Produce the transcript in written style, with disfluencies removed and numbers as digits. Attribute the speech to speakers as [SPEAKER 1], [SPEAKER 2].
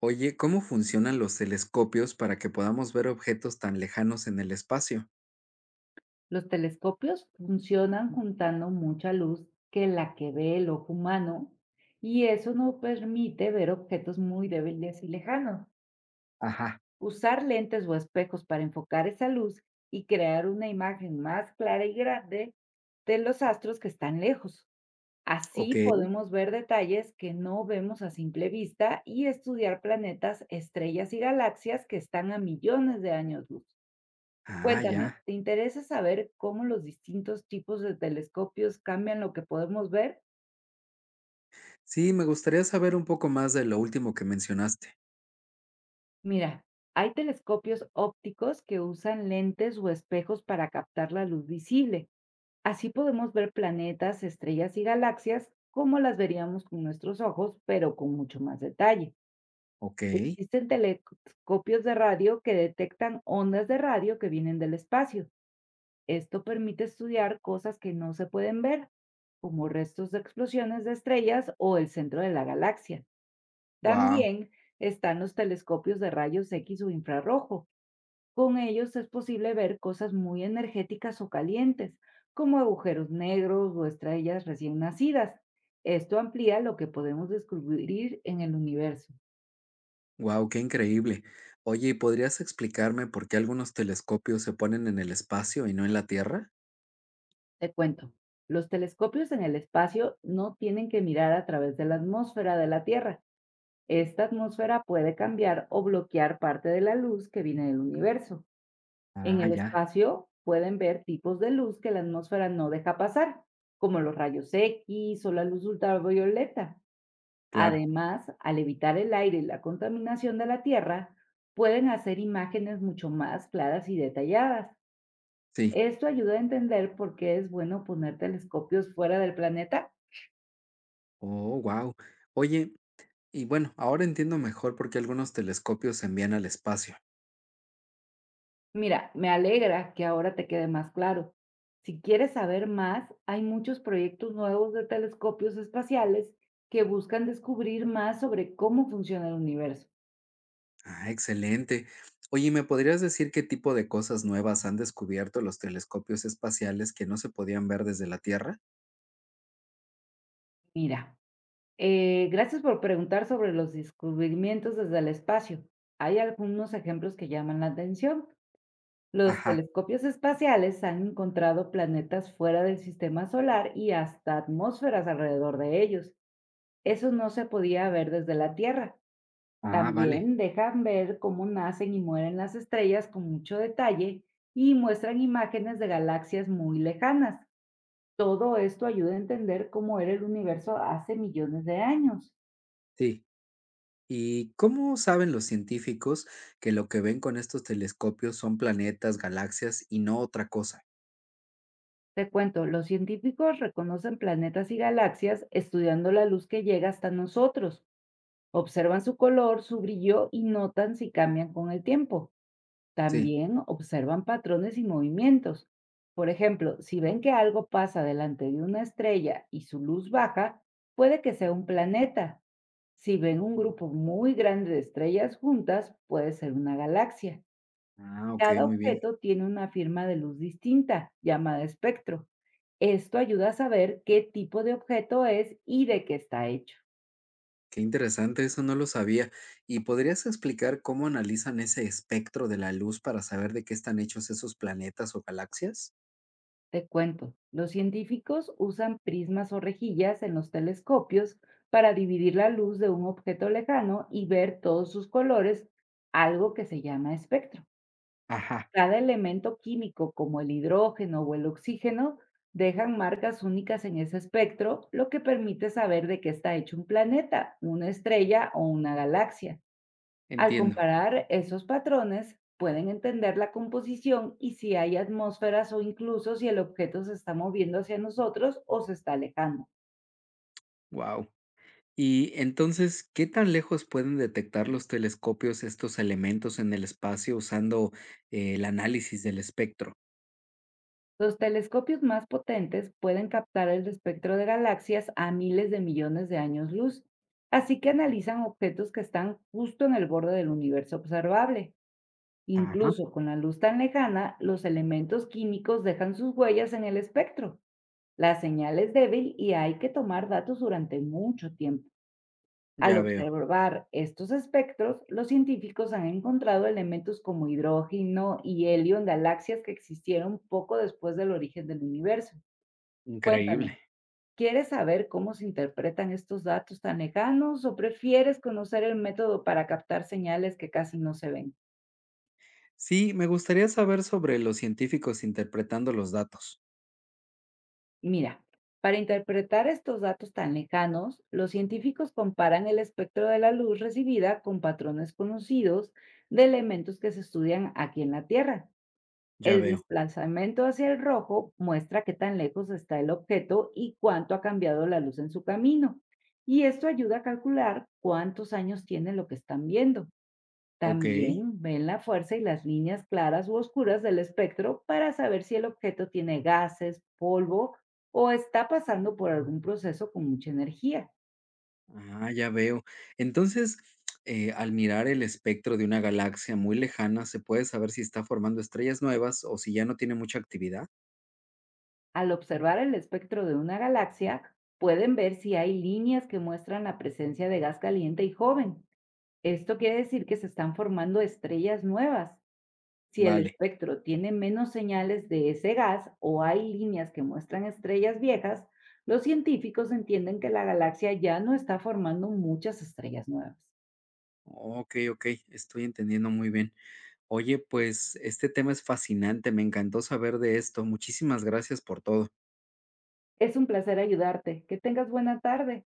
[SPEAKER 1] Oye, ¿cómo funcionan los telescopios para que podamos ver objetos tan lejanos en el espacio?
[SPEAKER 2] Los telescopios funcionan juntando mucha luz que la que ve el ojo humano y eso no permite ver objetos muy débiles y lejanos.
[SPEAKER 1] Ajá,
[SPEAKER 2] Usar lentes o espejos para enfocar esa luz y crear una imagen más clara y grande de los astros que están lejos. Así
[SPEAKER 1] ok.
[SPEAKER 2] podemos ver detalles que no vemos a simple vista y estudiar planetas, estrellas y galaxias que están a millones de años luz.
[SPEAKER 1] Ah,
[SPEAKER 2] Cuéntame,
[SPEAKER 1] ya.
[SPEAKER 2] ¿te interesa saber cómo los distintos tipos de telescopios cambian lo que podemos ver?
[SPEAKER 1] Sí, me gustaría saber un poco más de lo último que mencionaste.
[SPEAKER 2] Mira, hay telescopios ópticos que usan lentes o espejos para captar la luz visible. Así podemos ver planetas, estrellas y galaxias como las veríamos con nuestros ojos, pero con mucho más detalle.
[SPEAKER 1] Ok.
[SPEAKER 2] Existen telescopios de radio que detectan ondas de radio que vienen del espacio. Esto permite estudiar cosas que no se pueden ver, como restos de explosiones de estrellas o el centro de la galaxia.
[SPEAKER 1] Wow,
[SPEAKER 2] También están los telescopios de rayos X o infrarrojo. Con ellos es posible ver cosas muy energéticas o calientes, como agujeros negros o estrellas recién nacidas. Esto amplía lo que podemos descubrir en el universo.
[SPEAKER 1] wow, qué increíble. Oye, ¿y podrías explicarme por qué algunos telescopios se ponen en el espacio y no en la Tierra?
[SPEAKER 2] Te cuento, los telescopios en el espacio no tienen que mirar a través de la atmósfera de la Tierra. Esta atmósfera puede cambiar o bloquear parte de la luz que viene del universo. En
[SPEAKER 1] Ah,
[SPEAKER 2] el
[SPEAKER 1] ya,
[SPEAKER 2] espacio pueden ver tipos de luz que la atmósfera no deja pasar, como los rayos X o la luz ultravioleta.
[SPEAKER 1] claro,
[SPEAKER 2] Además, al evitar el aire y la contaminación de la Tierra, pueden hacer imágenes mucho más claras y detalladas.
[SPEAKER 1] sí.
[SPEAKER 2] Esto ayuda a entender por qué es bueno poner telescopios fuera del planeta.
[SPEAKER 1] Oh, wow. Oye, y bueno, ahora entiendo mejor por qué algunos telescopios se envían al espacio.
[SPEAKER 2] Mira, me alegra que ahora te quede más claro. Si quieres saber más, hay muchos proyectos nuevos de telescopios espaciales que buscan descubrir más sobre cómo funciona el universo.
[SPEAKER 1] Ah, excelente. Oye, ¿me podrías decir qué tipo de cosas nuevas han descubierto los telescopios espaciales que no se podían ver desde la Tierra?
[SPEAKER 2] Mira, gracias por preguntar sobre los descubrimientos desde el espacio. Hay algunos ejemplos que llaman la atención. Los
[SPEAKER 1] Ajá.
[SPEAKER 2] telescopios espaciales han encontrado planetas fuera del sistema solar y hasta atmósferas alrededor de ellos. Eso no se podía ver desde la Tierra.
[SPEAKER 1] Ah, vale.
[SPEAKER 2] También dejan ver cómo nacen y mueren las estrellas con mucho detalle y muestran imágenes de galaxias muy lejanas. Todo esto ayuda a entender cómo era el universo hace millones de años.
[SPEAKER 1] Sí. ¿Y cómo saben los científicos que lo que ven con estos telescopios son planetas, galaxias y no otra cosa?
[SPEAKER 2] Te cuento, los científicos reconocen planetas y galaxias estudiando la luz que llega hasta nosotros. Observan su color, su brillo y notan si cambian con el tiempo.
[SPEAKER 1] Sí.
[SPEAKER 2] También observan patrones y movimientos. Por ejemplo, si ven que algo pasa delante de una estrella y su luz baja, puede que sea un planeta. Si ven un grupo muy grande de estrellas juntas, puede ser una galaxia.
[SPEAKER 1] Ah, ok,
[SPEAKER 2] Cada
[SPEAKER 1] muy bien.
[SPEAKER 2] objeto tiene una firma de luz distinta, llamada espectro. Esto ayuda a saber qué tipo de objeto es y de qué está hecho.
[SPEAKER 1] Qué interesante, eso no lo sabía. ¿Y podrías explicar cómo analizan ese espectro de la luz para saber de qué están hechos esos planetas o galaxias?
[SPEAKER 2] Te cuento, los científicos usan prismas o rejillas en los telescopios para dividir la luz de un objeto lejano y ver todos sus colores, algo que se llama espectro.
[SPEAKER 1] Ajá,
[SPEAKER 2] Cada elemento químico, como el hidrógeno o el oxígeno, dejan marcas únicas en ese espectro, lo que permite saber de qué está hecho un planeta, una estrella o una galaxia. Al
[SPEAKER 1] entiendo.
[SPEAKER 2] comparar esos patrones, pueden entender la composición y si hay atmósferas o incluso si el objeto se está moviendo hacia nosotros o se está alejando.
[SPEAKER 1] Wow. Y entonces, ¿qué tan lejos pueden detectar los telescopios estos elementos en el espacio usando el análisis del espectro?
[SPEAKER 2] Los telescopios más potentes pueden captar el espectro de galaxias a miles de millones de años luz, así que analizan objetos que están justo en el borde del universo observable.
[SPEAKER 1] Ajá,
[SPEAKER 2] Incluso con la luz tan lejana, los elementos químicos dejan sus huellas en el espectro. La señal es débil y hay que tomar datos durante mucho tiempo. Al
[SPEAKER 1] ya veo,
[SPEAKER 2] observar estos espectros, los científicos han encontrado elementos como hidrógeno y helio en galaxias que existieron poco después del origen del universo.
[SPEAKER 1] increíble.
[SPEAKER 2] Cuéntame, ¿quieres saber cómo se interpretan estos datos tan lejanos o prefieres conocer el método para captar señales que casi no se ven?
[SPEAKER 1] Sí, me gustaría saber sobre los científicos interpretando los datos.
[SPEAKER 2] Mira, para interpretar estos datos tan lejanos, los científicos comparan el espectro de la luz recibida con patrones conocidos de elementos que se estudian aquí en la Tierra.
[SPEAKER 1] Ya
[SPEAKER 2] El
[SPEAKER 1] veo,
[SPEAKER 2] desplazamiento hacia el rojo muestra qué tan lejos está el objeto y cuánto ha cambiado la luz en su camino. Y esto ayuda a calcular cuántos años tiene lo que están viendo.
[SPEAKER 1] ok.
[SPEAKER 2] También ven la fuerza y las líneas claras u oscuras del espectro para saber si el objeto tiene gases, polvo o está pasando por algún proceso con mucha energía.
[SPEAKER 1] Ah, ya veo. Entonces, al mirar el espectro de una galaxia muy lejana, se puede saber si está formando estrellas nuevas o si ya no tiene mucha actividad.
[SPEAKER 2] Al observar el espectro de una galaxia, pueden ver si hay líneas que muestran la presencia de gas caliente y joven. Esto quiere decir que se están formando estrellas nuevas. Si el
[SPEAKER 1] Vale.
[SPEAKER 2] espectro tiene menos señales de ese gas o hay líneas que muestran estrellas viejas, los científicos entienden que la galaxia ya no está formando muchas estrellas nuevas.
[SPEAKER 1] Ok, ok, estoy entendiendo muy bien. Oye, pues este tema es fascinante, me encantó saber de esto. Muchísimas gracias por todo.
[SPEAKER 2] Es un placer ayudarte. Que tengas buena tarde.